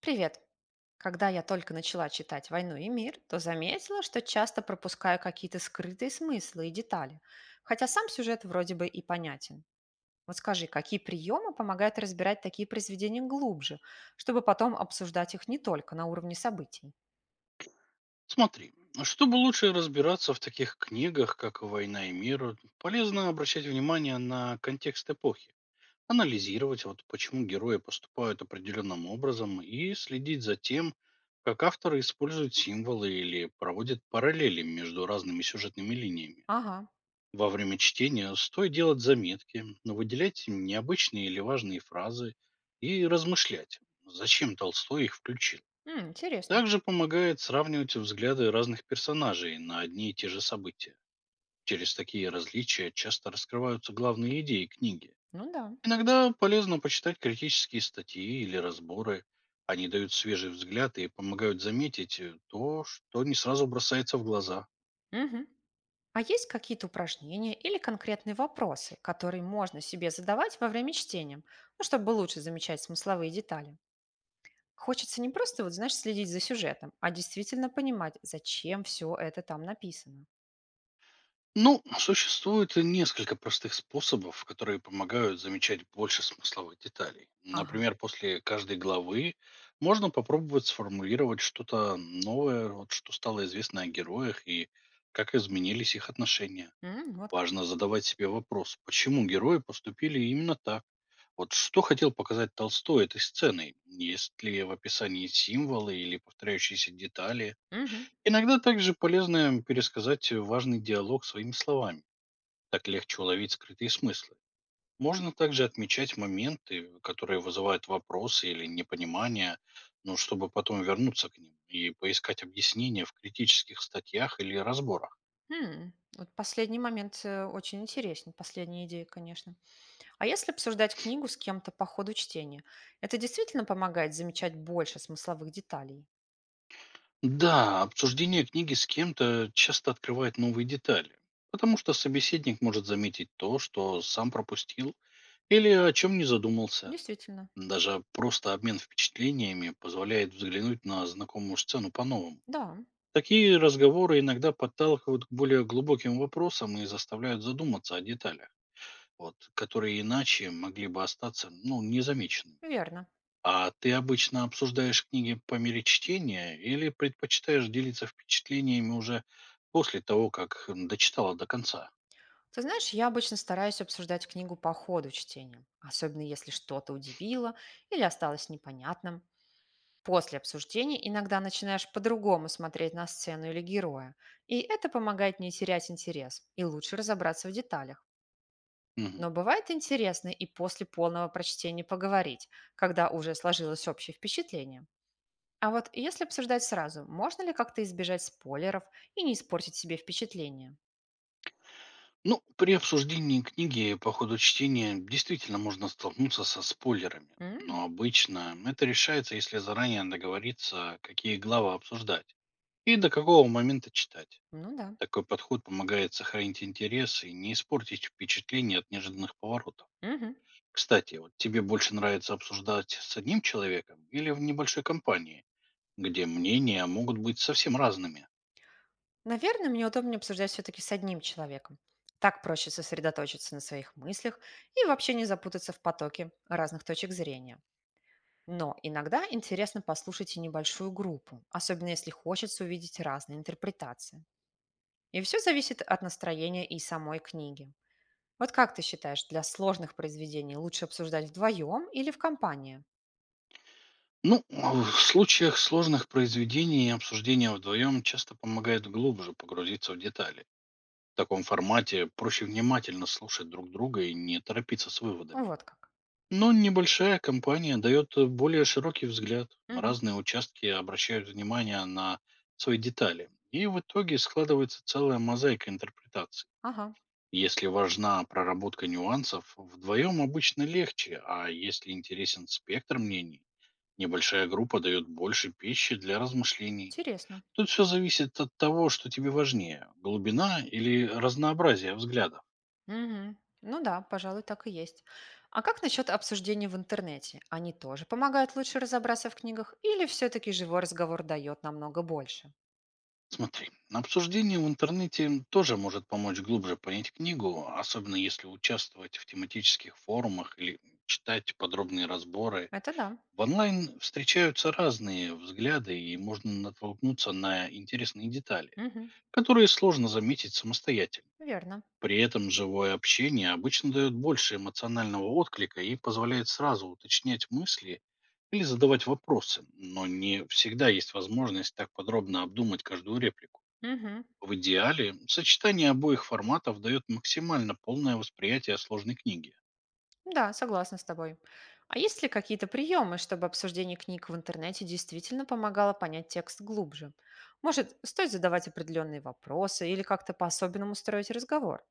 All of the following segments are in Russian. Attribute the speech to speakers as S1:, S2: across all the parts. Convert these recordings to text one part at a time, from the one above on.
S1: Привет! Когда я только начала читать «Войну и мир», то заметила, что часто пропускаю какие-то скрытые смыслы и детали, хотя сам сюжет вроде бы и понятен. Вот скажи, какие приемы помогают разбирать такие произведения глубже, чтобы потом обсуждать их не только на уровне событий?
S2: Смотри, а чтобы лучше разбираться в таких книгах, как «Война и мир», полезно обращать внимание на контекст эпохи, анализировать, вот почему герои поступают определенным образом и следить за тем, как авторы используют символы или проводят параллели между разными сюжетными линиями.
S1: Ага,
S2: Во время чтения стоит делать заметки, но выделять необычные или важные фразы и размышлять, зачем Толстой их включил.
S1: М, интересно.
S2: Также помогает сравнивать взгляды разных персонажей на одни и те же события. Через такие различия часто раскрываются главные идеи книги.
S1: Ну да.
S2: Иногда полезно почитать критические статьи или разборы. Они дают свежий взгляд и помогают заметить то, что не сразу бросается в глаза.
S1: Мгм. А есть какие-то упражнения или конкретные вопросы, которые можно себе задавать во время чтения, ну, чтобы лучше замечать смысловые детали? Хочется не просто, вот знаешь, следить за сюжетом, а действительно понимать, зачем все это там написано.
S2: Ну, существует несколько простых способов, которые помогают замечать больше смысловых деталей.
S1: Ага.
S2: Например, после каждой главы можно попробовать сформулировать что-то новое, вот что стало известно о героях и как изменились их отношения.
S1: М, вот как.
S2: Важно задавать себе вопрос, почему герои поступили именно так. Вот что хотел показать Толстой этой сценой? Есть ли в описании символы или повторяющиеся детали?
S1: Мгм.
S2: Иногда также полезно пересказать важный диалог своими словами, так легче уловить скрытые смыслы. Можно также отмечать моменты, которые вызывают вопросы или непонимание, но чтобы потом вернуться к ним и поискать объяснения в критических статьях или разборах.
S1: М. Вот последний момент очень интересен, последняя идея, конечно. А если обсуждать книгу с кем-то по ходу чтения, это действительно помогает замечать больше смысловых деталей?
S2: Да, обсуждение книги с кем-то часто открывает новые детали, потому что собеседник может заметить то, что сам пропустил или о чем не задумался.
S1: Действительно.
S2: Даже просто обмен впечатлениями позволяет взглянуть на знакомую сцену по-новому.
S1: Да,
S2: Такие разговоры иногда подталкивают к более глубоким вопросам и заставляют задуматься о деталях, вот, которые иначе могли бы остаться ну, незамеченными.
S1: верно.
S2: А ты обычно обсуждаешь книги по мере чтения или предпочитаешь делиться впечатлениями уже после того, как дочитала до конца?
S1: Ты знаешь, я обычно стараюсь обсуждать книгу по ходу чтения, особенно если что-то удивило или осталось непонятным. После обсуждений иногда начинаешь по-другому смотреть на сцену или героя, и это помогает не терять интерес и лучше разобраться в деталях.
S2: Мгм.
S1: Но бывает интересно и после полного прочтения поговорить, когда уже сложилось общее впечатление. А вот если обсуждать сразу, можно ли как-то избежать спойлеров и не испортить себе впечатление?
S2: Ну, при обсуждении книги по ходу чтения действительно можно столкнуться со спойлерами,
S1: М,
S2: но обычно это решается, если заранее договориться, какие главы обсуждать и до какого момента читать.
S1: ну да.
S2: Такой подход помогает сохранить интерес и не испортить впечатление от неожиданных поворотов.
S1: Мгм.
S2: Кстати, вот тебе больше нравится обсуждать с одним человеком или в небольшой компании, где мнения могут быть совсем разными?
S1: Наверное, мне удобнее обсуждать все-таки с одним человеком. Так проще сосредоточиться на своих мыслях и вообще не запутаться в потоке разных точек зрения. Но иногда интересно послушать и небольшую группу, особенно если хочется увидеть разные интерпретации. И все зависит от настроения и самой книги. Вот как ты считаешь, для сложных произведений лучше обсуждать вдвоем или в компании?
S2: Ну, а в случаях сложных произведений обсуждение вдвоем часто помогает глубже погрузиться в детали. В таком формате проще внимательно слушать друг друга и не торопиться с выводами.
S1: Вот как.
S2: Но небольшая компания дает более широкий взгляд.
S1: Мгм.
S2: Разные участки обращают внимание на свои детали. И в итоге складывается целая мозаика интерпретаций.
S1: Ага,
S2: Если важна проработка нюансов, вдвоем обычно легче, а если интересен спектр мнений, небольшая группа дает больше пищи для размышлений.
S1: интересно.
S2: Тут все зависит от того, что тебе важнее — глубина или разнообразие взглядов.
S1: Мгм. Ну да, пожалуй, так и есть. А как насчет обсуждений в интернете? Они тоже помогают лучше разобраться в книгах? Или все-таки живой разговор дает намного больше?
S2: Смотри, обсуждение в интернете тоже может помочь глубже понять книгу, особенно если участвовать в тематических форумах или читать подробные разборы.
S1: Это да.
S2: В онлайн встречаются разные взгляды и можно натолкнуться на интересные детали,
S1: Мгм.
S2: которые сложно заметить самостоятельно.
S1: Верно.
S2: При этом живое общение обычно дает больше эмоционального отклика и позволяет сразу уточнять мысли или задавать вопросы, но не всегда есть возможность так подробно обдумать каждую реплику.
S1: Мгм.
S2: В идеале сочетание обоих форматов дает максимально полное восприятие сложной книги.
S1: Да, согласна с тобой. А есть ли какие-то приемы, чтобы обсуждение книг в интернете действительно помогало понять текст глубже? Может, стоит задавать определенные вопросы или как-то по-особенному строить разговор?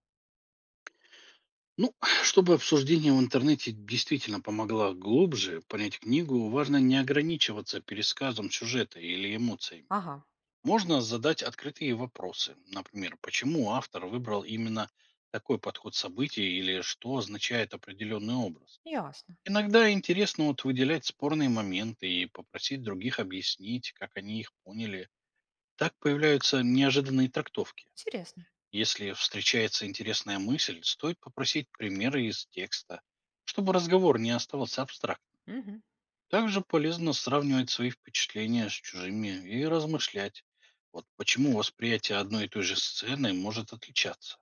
S2: Ну, чтобы обсуждение в интернете действительно помогло глубже понять книгу, важно не ограничиваться пересказом сюжета или эмоциями.
S1: Ага,
S2: Можно задать открытые вопросы, например, почему автор выбрал именно такой подход событий или что означает определенный образ.
S1: ясно.
S2: Иногда интересно вот выделять спорные моменты и попросить других объяснить, как они их поняли. Так появляются неожиданные трактовки.
S1: Интересно.
S2: Если встречается интересная мысль, стоит попросить примеры из текста, чтобы разговор не оставался абстрактным.
S1: Мгм.
S2: Также полезно сравнивать свои впечатления с чужими и размышлять, вот почему восприятие одной и той же сцены может отличаться.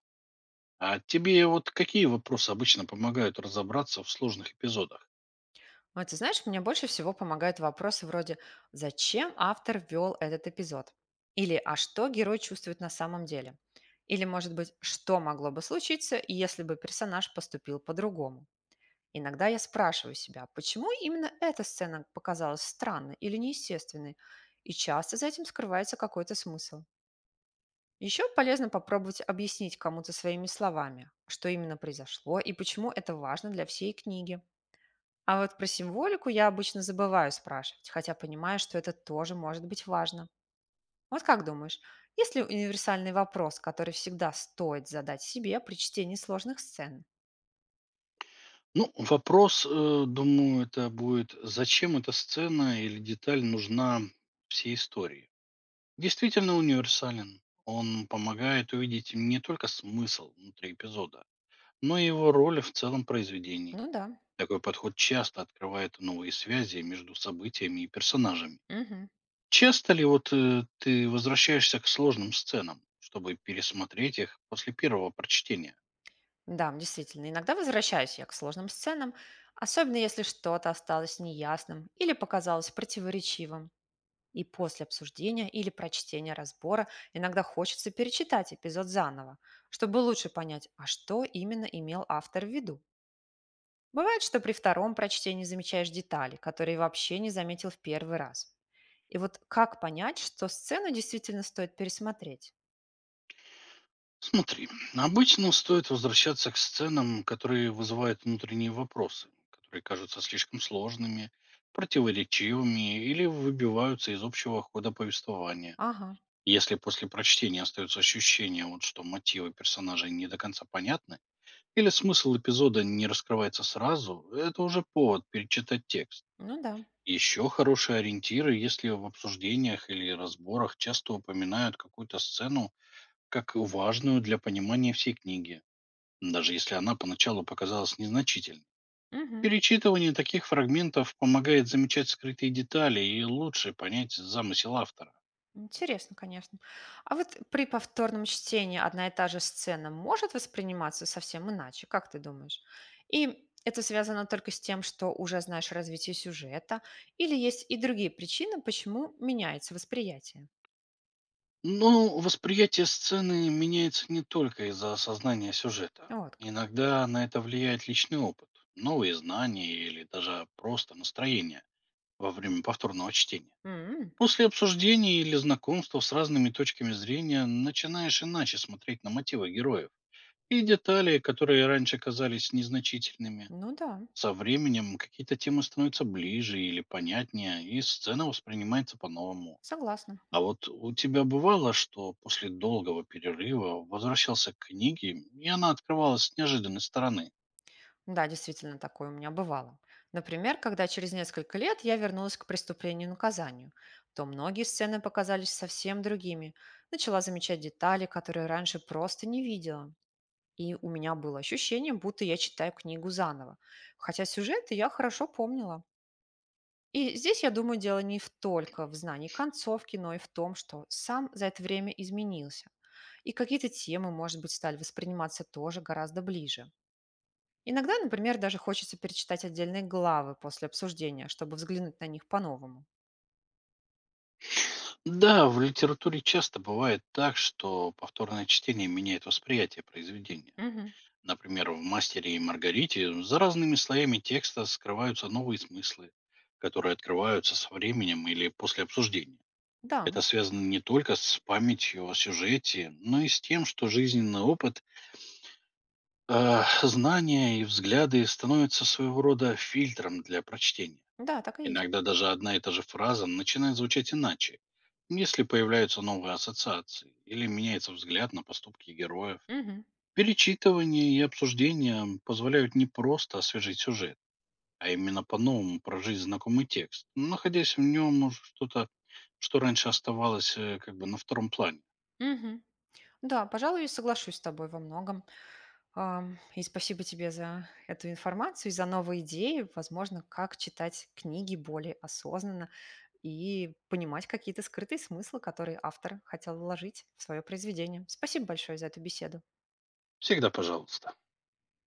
S2: А тебе вот какие вопросы обычно помогают разобраться в сложных эпизодах?
S1: А ты знаешь, мне больше всего помогают вопросы вроде «Зачем автор ввел этот эпизод?» Или «А что герой чувствует на самом деле?» Или, может быть, «Что могло бы случиться, если бы персонаж поступил по-другому?» Иногда я спрашиваю себя, почему именно эта сцена показалась странной или неестественной, и часто за этим скрывается какой-то смысл. Еще полезно попробовать объяснить кому-то своими словами, что именно произошло и почему это важно для всей книги. А вот про символику я обычно забываю спрашивать, хотя понимаю, что это тоже может быть важно. Вот как думаешь, есть ли универсальный вопрос, который всегда стоит задать себе при чтении сложных сцен?
S2: Ну, вопрос, думаю, это будет, зачем эта сцена или деталь нужна всей истории? Действительно универсален. Он помогает увидеть не только смысл внутри эпизода, но и его роль в целом произведении.
S1: Ну да.
S2: Такой подход часто открывает новые связи между событиями и персонажами.
S1: Мгм.
S2: Часто ли вот ты возвращаешься к сложным сценам, чтобы пересмотреть их после первого прочтения?
S1: Да, действительно. Иногда возвращаюсь я к сложным сценам, особенно если что-то осталось неясным или показалось противоречивым. И после обсуждения или прочтения разбора иногда хочется перечитать эпизод заново, чтобы лучше понять, а что именно имел автор в виду. Бывает, что при втором прочтении замечаешь детали, которые вообще не заметил в первый раз. И вот как понять, что сцену действительно стоит пересмотреть?
S2: Смотри, обычно стоит возвращаться к сценам, которые вызывают внутренние вопросы, которые кажутся слишком сложными, противоречивыми или выбиваются из общего хода повествования.
S1: Ага,
S2: Если после прочтения остается ощущение, вот, что мотивы персонажей не до конца понятны, или смысл эпизода не раскрывается сразу, это уже повод перечитать текст.
S1: ну да.
S2: Еще хорошие ориентиры, если в обсуждениях или разборах часто упоминают какую-то сцену как важную для понимания всей книги, даже если она поначалу показалась незначительной.
S1: Мгм.
S2: Перечитывание таких фрагментов помогает замечать скрытые детали и лучше понять замысел автора.
S1: Интересно, конечно. А вот при повторном чтении одна и та же сцена может восприниматься совсем иначе, как ты думаешь? И это связано только с тем, что уже знаешь развитие сюжета, или есть и другие причины, почему меняется восприятие?
S2: Но восприятие сцены меняется не только из-за осознания сюжета.
S1: Вот как.
S2: Иногда на это влияет личный опыт, новые знания или даже просто настроение во время повторного чтения.
S1: М,
S2: После обсуждения или знакомства с разными точками зрения начинаешь иначе смотреть на мотивы героев и детали, которые раньше казались незначительными.
S1: ну да,
S2: Со временем какие-то темы становятся ближе или понятнее, и сцена воспринимается по-новому.
S1: согласна.
S2: А вот у тебя бывало, что после долгого перерыва возвращался к книге, и она открывалась с неожиданной стороны?
S1: Да, действительно, такое у меня бывало. Например, когда через несколько лет я вернулась к преступлению и наказанию, то многие сцены показались совсем другими. Начала замечать детали, которые раньше просто не видела. И у меня было ощущение, будто я читаю книгу заново. Хотя сюжеты я хорошо помнила. И здесь, я думаю, дело не в только в знании концовки, но и в том, что сам за это время изменился. И какие-то темы, может быть, стали восприниматься тоже гораздо ближе. Иногда, например, даже хочется перечитать отдельные главы после обсуждения, чтобы взглянуть на них по-новому.
S2: Да, в литературе часто бывает так, что повторное чтение меняет восприятие произведения.
S1: Мгм.
S2: Например, в «Мастере и Маргарите» за разными слоями текста скрываются новые смыслы, которые открываются со временем или после обсуждения.
S1: Да,
S2: Это связано не только с памятью о сюжете, но и с тем, что жизненный опыт, знания и взгляды становятся своего рода фильтром для прочтения.
S1: да, так и есть.
S2: Иногда даже одна и та же фраза начинает звучать иначе, если появляются новые ассоциации или меняется взгляд на поступки героев.
S1: Мгм.
S2: Перечитывание и обсуждение позволяют не просто освежить сюжет, а именно по-новому прожить знакомый текст, находясь в нем что-то, что раньше оставалось как бы на втором плане.
S1: Мгм. Да, пожалуй, соглашусь с тобой во многом. И спасибо тебе за эту информацию, и за новые идеи, возможно, как читать книги более осознанно и понимать какие-то скрытые смыслы, которые автор хотел вложить в свое произведение. Спасибо большое за эту беседу.
S2: Всегда пожалуйста.